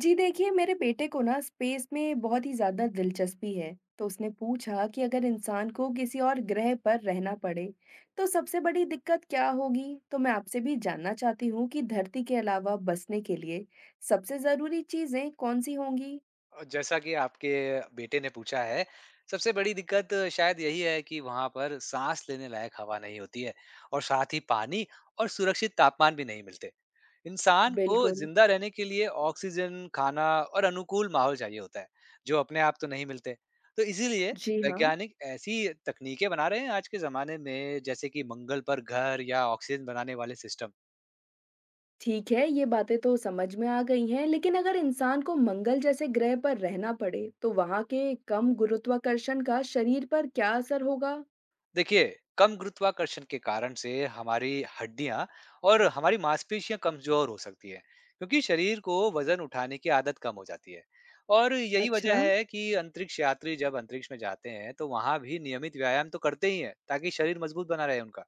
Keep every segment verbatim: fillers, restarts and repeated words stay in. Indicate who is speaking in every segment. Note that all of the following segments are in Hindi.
Speaker 1: जी देखिए, मेरे बेटे को ना स्पेस में बहुत ही ज़्यादा दिलचस्पी है, तो उसने पूछा कि अगर इंसान को किसी और ग्रह पर रहना पड़े, तो सबसे बड़ी दिक्कत क्या होगी? तो मैं आपसे भी जानना चाहती हूँ कि धरती के अलावा बसने के लिए सबसे ज़रूरी चीज़ें कौन सी होंगी?
Speaker 2: और जैसा कि आपके बेटे ने पूछा है, सबसे बड़ी दिक्कत शायद यही है कि वहाँ पर साँस लेने लायक हवा नहीं होती है और साथ ही पानी और सुरक्षित तापमान भी नहीं मिलते। इंसान को
Speaker 1: बिल्कुल।
Speaker 2: ज़िंदा रहने के लिए ऑक्सीजन, खाना और अनुकूल माहौल चाहिए होता है, जो अपने आप तो नहीं मिलते। तो इसीलिए
Speaker 1: जी हाँ।
Speaker 2: वैज्ञानिक ऐसी तकनीकें बना रहे हैं आज के ज़माने में, जैसे कि मंगल पर घर या ऑक्सीजन बनाने वाले सिस्टम।
Speaker 1: ठीक है, ये बातें तो समझ में आ गई हैं, लेकिन अगर इंसान को मंगल जैसे ग्रह पर रहना पड़े, तो वहाँ के कम गुरुत्वाकर्षण का शरीर पर क्या असर होगा?
Speaker 2: देखिए, कम गुरुत्वाकर्षण के कारण से हमारी हड्डियां और हमारी मांसपेशियां कमजोर हो सकती है, क्योंकि शरीर को वजन उठाने की आदत कम हो जाती है। और यही वजह
Speaker 1: अच्छा।
Speaker 2: है कि अंतरिक्ष यात्री जब अंतरिक्ष में जाते हैं, तो वहां भी नियमित व्यायाम तो करते ही हैं, ताकि शरीर मजबूत बना रहे उनका।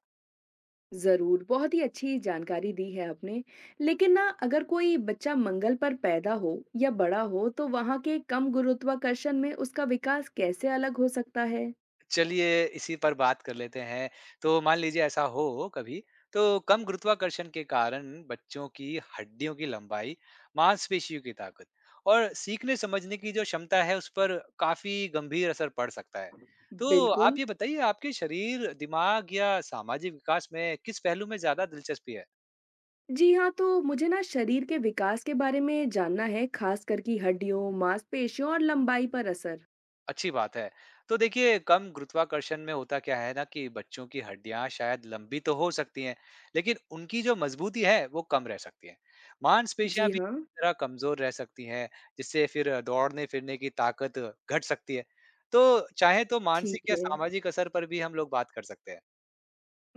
Speaker 1: जरूर बहुत ही अच्छी जानकारी दी है आपने। लेकिन ना अगर कोई बच्चा मंगल पर पैदा हो या बड़ा हो तो वहां के कम गुरुत्वाकर्षण में उसका विकास कैसे अलग हो सकता है?
Speaker 2: चलिए इसी पर बात कर लेते हैं। तो मान लीजिए ऐसा हो कभी, तो कम गुरुत्वाकर्षण के कारण बच्चों की हड्डियों की लंबाई, मांसपेशियों की ताकत और सीखने समझने की जो क्षमता है, उस पर काफ़ी गंभीर असर पड़ सकता है। तो आप
Speaker 1: बिल्कुल।
Speaker 2: ये बताइए, आपके शरीर, दिमाग या सामाजिक विकास में किस पहलू में ज़्यादा दिलचस्पी है?
Speaker 1: जी हाँ, तो मुझे ना शरीर के विकास के बारे में जानना है, खास करके हड्डियों, मांसपेशियों और लंबाई पर असर।
Speaker 2: अच्छी बात है। तो देखिए, कम गुरुत्वाकर्षण में होता क्या है ना, कि बच्चों की हड्डियां शायद लंबी तो हो सकती हैं, लेकिन उनकी जो मजबूती है वो कम रह सकती है। मांसपेशियां
Speaker 1: जी
Speaker 2: भी
Speaker 1: हाँ।
Speaker 2: इस तरह कमजोर रह सकती हैं, जिससे फिर दौड़ने फिरने की ताकत घट सकती है। तो चाहे तो मानसिक
Speaker 1: ठीक
Speaker 2: या
Speaker 1: है,
Speaker 2: सामाजिक असर पर भी हम लोग बात कर सकते हैं।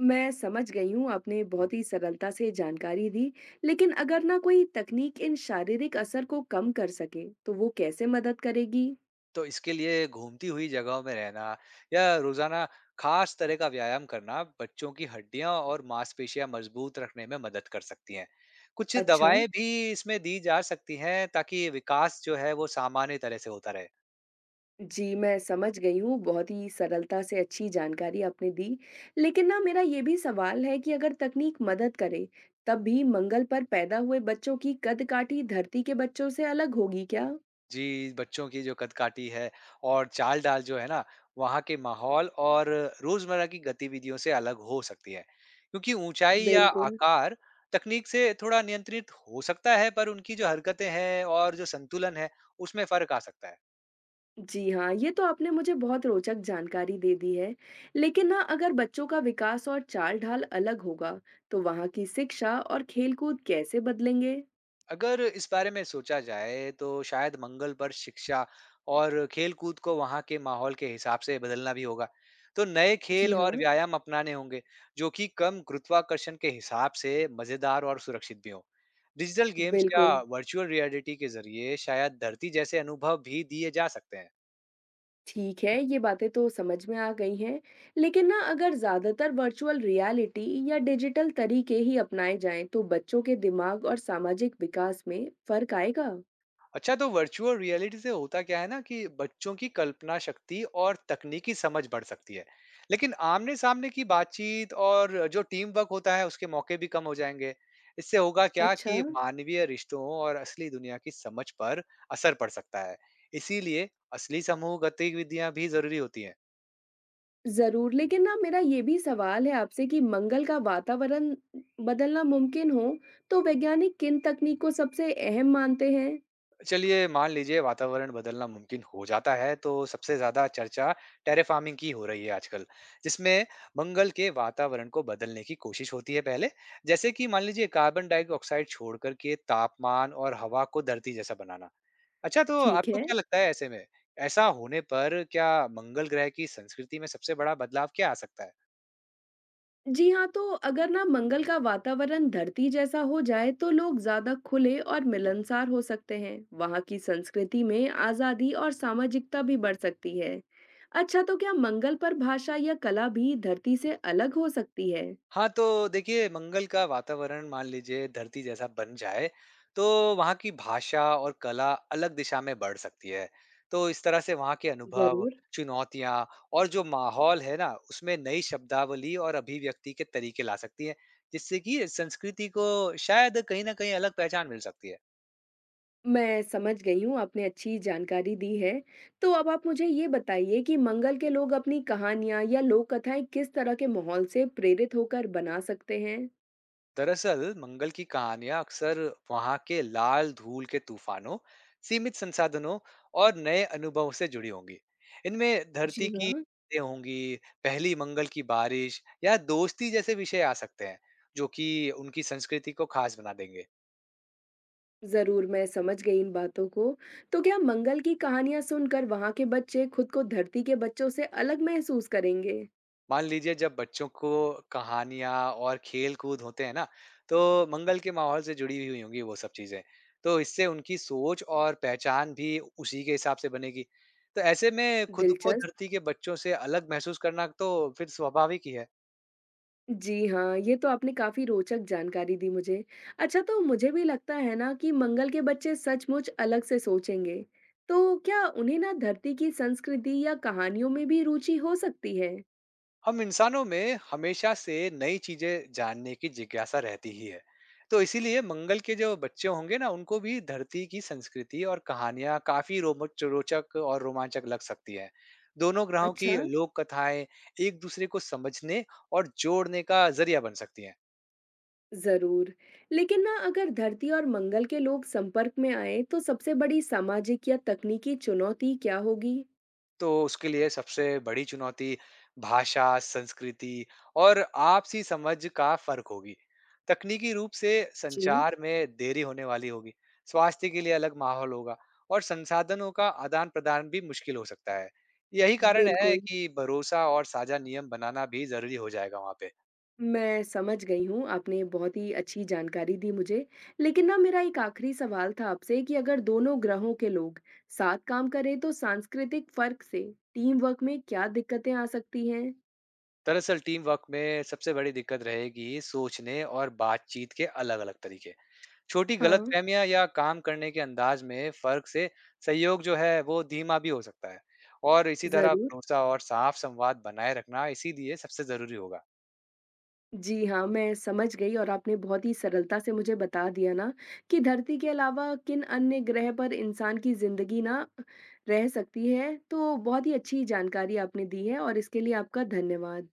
Speaker 1: मैं समझ गई हूँ, आपने बहुत ही सरलता से जानकारी दी। लेकिन अगर ना कोई तकनीक इन शारीरिक असर को कम कर सके तो वो कैसे मदद करेगी?
Speaker 2: तो इसके लिए घूमती हुई जगहों में रहना या रोजाना खास तरह का व्यायाम करना बच्चों की हड्डियां और मांसपेशियां मजबूत रखने में मदद कर सकती हैं। कुछ
Speaker 1: अच्छा।
Speaker 2: दवाएं भी इसमें दी जा सकती हैं, ताकि विकास जो है वो सामान्य तरह से होता रहे।
Speaker 1: जी, मैं समझ गई हूँ, बहुत ही सरलता से अच्छी जानकारी आपने दी। लेकिन ना मेरा ये भी सवाल है कि अगर तकनीक मदद करे, तब भी मंगल पर पैदा हुए बच्चों की कदकाठी धरती के बच्चों से अलग होगी क्या?
Speaker 2: जी, बच्चों की जो कदकाठी है और चाल-ढाल जो है ना, वहाँ के माहौल और रोज़मर्रा की गतिविधियों से अलग हो सकती है। क्योंकि ऊँचाई या
Speaker 1: बिल्कुल।
Speaker 2: आकार तकनीक से थोड़ा नियंत्रित हो सकता है, पर उनकी जो हरकतें हैं और जो संतुलन है, उसमें फ़र्क आ सकता है।
Speaker 1: जी हाँ, ये तो आपने मुझे बहुत रोचक जानकारी दे दी है। लेकिन ना अगर बच्चों का विकास और चाल-ढाल अलग होगा, तो वहाँ की शिक्षा और खेलकूद कैसे बदलेंगे?
Speaker 2: अगर इस बारे में सोचा जाए, तो शायद मंगल पर शिक्षा और खेलकूद को वहाँ के माहौल के हिसाब से बदलना भी होगा। तो नए खेल
Speaker 1: जी
Speaker 2: और
Speaker 1: हाँ।
Speaker 2: व्यायाम अपनाने होंगे, जो कि कम गुरुत्वाकर्षण के हिसाब से मजेदार और सुरक्षित भी हों। डिजिटल गेम्स या
Speaker 1: बिल्कुल।
Speaker 2: वर्चुअल रियलिटी के जरिए शायद धरती जैसे अनुभव भी दिए जा सकते हैं।
Speaker 1: ठीक है, ये बातें तो समझ में आ गई हैं, लेकिन ना अगर ज़्यादातर वर्चुअल रियलिटी या डिजिटल तरीके ही अपनाए जाएँ, तो बच्चों के दिमाग और सामाजिक विकास में फ़र्क आएगा?
Speaker 2: अच्छा, तो वर्चुअल रियलिटी से होता क्या है ना, कि बच्चों की कल्पना शक्ति और तकनीकी समझ बढ़ सकती है, लेकिन आमने सामने की बातचीत और जो टीम वर्क होता है, उसके मौके भी कम हो जाएंगे। इससे होगा क्या,
Speaker 1: अच्छा।
Speaker 2: कि मानवीय रिश्तों और असली दुनिया की समझ पर असर पड़ सकता है। इसीलिए असली समूह गतिविधियां भी जरूरी होती हैं।
Speaker 1: ज़रूर, लेकिन ना मेरा ये भी सवाल है आपसे कि मंगल का वातावरण बदलना मुमकिन हो, तो वैज्ञानिक किन तकनीक को सबसे अहम मानते हैं?
Speaker 2: चलिए मान लीजिए वातावरण बदलना मुमकिन हो जाता है, तो सबसे ज्यादा चर्चा टेरेफार्मिंग की हो रही है आजकल, जिसमें मंगल के वातावरण को बदलने की कोशिश होती है पहले। जैसे कि मान लीजिए कार्बन डाइऑक्साइड छोड़ करके तापमान और हवा को धरती जैसा बनाना। अच्छा, तो
Speaker 1: ठीक
Speaker 2: आपको
Speaker 1: है।
Speaker 2: क्या लगता है, ऐसे में ऐसा होने पर क्या मंगल ग्रह की संस्कृति में सबसे बड़ा बदलाव क्या आ सकता है?
Speaker 1: जी हाँ, तो अगर ना मंगल का वातावरण धरती जैसा हो जाए तो लोग ज्यादा खुले और मिलनसार हो सकते हैं। वहाँ की संस्कृति में आजादी और सामाजिकता भी बढ़ सकती है। अच्छा, तो क्या मंगल पर भाषा या कला भी धरती से अलग हो सकती है?
Speaker 2: हाँ, तो देखिए, मंगल का वातावरण मान लीजिए धरती जैसा बन जाए, तो वहाँ की भाषा और कला अलग दिशा में बढ़ सकती है। तो इस तरह से वहाँ के अनुभव,
Speaker 1: जरूर।
Speaker 2: चुनौतियाँ और जो माहौल है ना, उसमें नई शब्दावली और अभिव्यक्ति के तरीके ला सकती है, जिससे कि संस्कृति को शायद कहीं न कहीं अलग पहचान मिल सकती है।
Speaker 1: मैं समझ गई हूँ, आपने अच्छी जानकारी दी है। तो अब आप मुझे ये बताइए कि मंगल के लोग अपनी कहानियां या लोक कथाएं किस तरह के माहौल से प्रेरित होकर बना सकते हैं?
Speaker 2: दरअसल मंगल की कहानियां अक्सर वहां के लाल धूल के तूफानों, सीमित संसाधनों और नए अनुभवों से जुड़ी होंगी। इनमें धरती
Speaker 1: जी
Speaker 2: की
Speaker 1: हाँ।
Speaker 2: चीजें होंगी, पहली मंगल की बारिश या दोस्ती जैसे विषय आ सकते हैं, जो कि उनकी संस्कृति को खास बना देंगे।
Speaker 1: ज़रूर, मैं समझ गई इन बातों को। तो क्या मंगल की कहानियाँ सुनकर वहाँ के बच्चे खुद को धरती के बच्चों से अलग महसूस करेंगे?
Speaker 2: मान लीजिए जब बच्चों को कहानियाँ और खेल-कूद होते हैं ना, तो मंगल के माहौल से जुड़ी हुई होंगी वो सब चीज़ें। तो इससे उनकी सोच और पहचान भी उसी के हिसाब से बनेगी। तो ऐसे में खुद को
Speaker 1: दिलचस्प।
Speaker 2: धरती के बच्चों से अलग महसूस करना तो फिर स्वाभाविक ही है।
Speaker 1: जी हाँ, ये तो आपने काफ़ी रोचक जानकारी दी मुझे। अच्छा, तो मुझे भी लगता है ना कि मंगल के बच्चे सचमुच अलग से सोचेंगे। तो क्या उन्हें ना धरती की संस्कृति या कहानियों में भी रुचि हो सकती है?
Speaker 2: हम इंसानों में हमेशा से नई चीजें जानने की जिज्ञासा रहती ही है। तो इसीलिए मंगल के जो बच्चे होंगे ना, उनको भी धरती की संस्कृति और कहानियां काफी रोमच रोचक और रोमांचक लग सकती है। दोनों ग्रहों
Speaker 1: अच्छा।
Speaker 2: की लोक कथाएं एक दूसरे को समझने और जोड़ने का जरिया बन सकती हैं।
Speaker 1: ज़रूर। लेकिन ना अगर धरती और मंगल के लोग संपर्क में आएँ तो सबसे बड़ी सामाजिक या तकनीकी चुनौती क्या होगी?
Speaker 2: तो उसके लिए सबसे बड़ी चुनौती भाषा, संस्कृति और आपसी समझ का फर्क होगी। तकनीकी रूप से
Speaker 1: जी।
Speaker 2: संचार में देरी होने वाली होगी, स्वास्थ्य के लिए अलग माहौल होगा और संसाधनों का आदान-प्रदान भी मुश्किल हो सकता है। यही कारण है
Speaker 1: बिल्कुल।
Speaker 2: कि भरोसा और साझा नियम बनाना भी ज़रूरी हो जाएगा वहाँ पे।
Speaker 1: मैं समझ गई हूँ, आपने बहुत ही अच्छी जानकारी दी मुझे। लेकिन ना मेरा एक आखिरी सवाल था आपसे कि अगर दोनों ग्रहों के लोग साथ काम करें तो सांस्कृतिक फ़र्क से टीम वर्क में क्या दिक्कतें आ सकती हैं?
Speaker 2: दरअसल टीम वर्क में सबसे बड़ी दिक्कत रहेगी सोचने और बातचीत के अलग-अलग तरीके। छोटी
Speaker 1: हाँ।
Speaker 2: गलतफहमियां या काम करने के अंदाज में फर्क से सहयोग जो है वो धीमा भी हो सकता है। और इसी तरह
Speaker 1: ज़रूर।
Speaker 2: भरोसा और साफ संवाद बनाए रखना इसीलिए सबसे जरूरी होगा।
Speaker 1: जी हाँ, मैं समझ गई और आपने बहुत ही सरलता से मुझे बता दिया ना कि धरती के अलावा किन अन्य ग्रह पर इंसान की ज़िंदगी ना रह सकती है, तो बहुत ही अच्छी जानकारी आपने दी है और इसके लिए आपका धन्यवाद।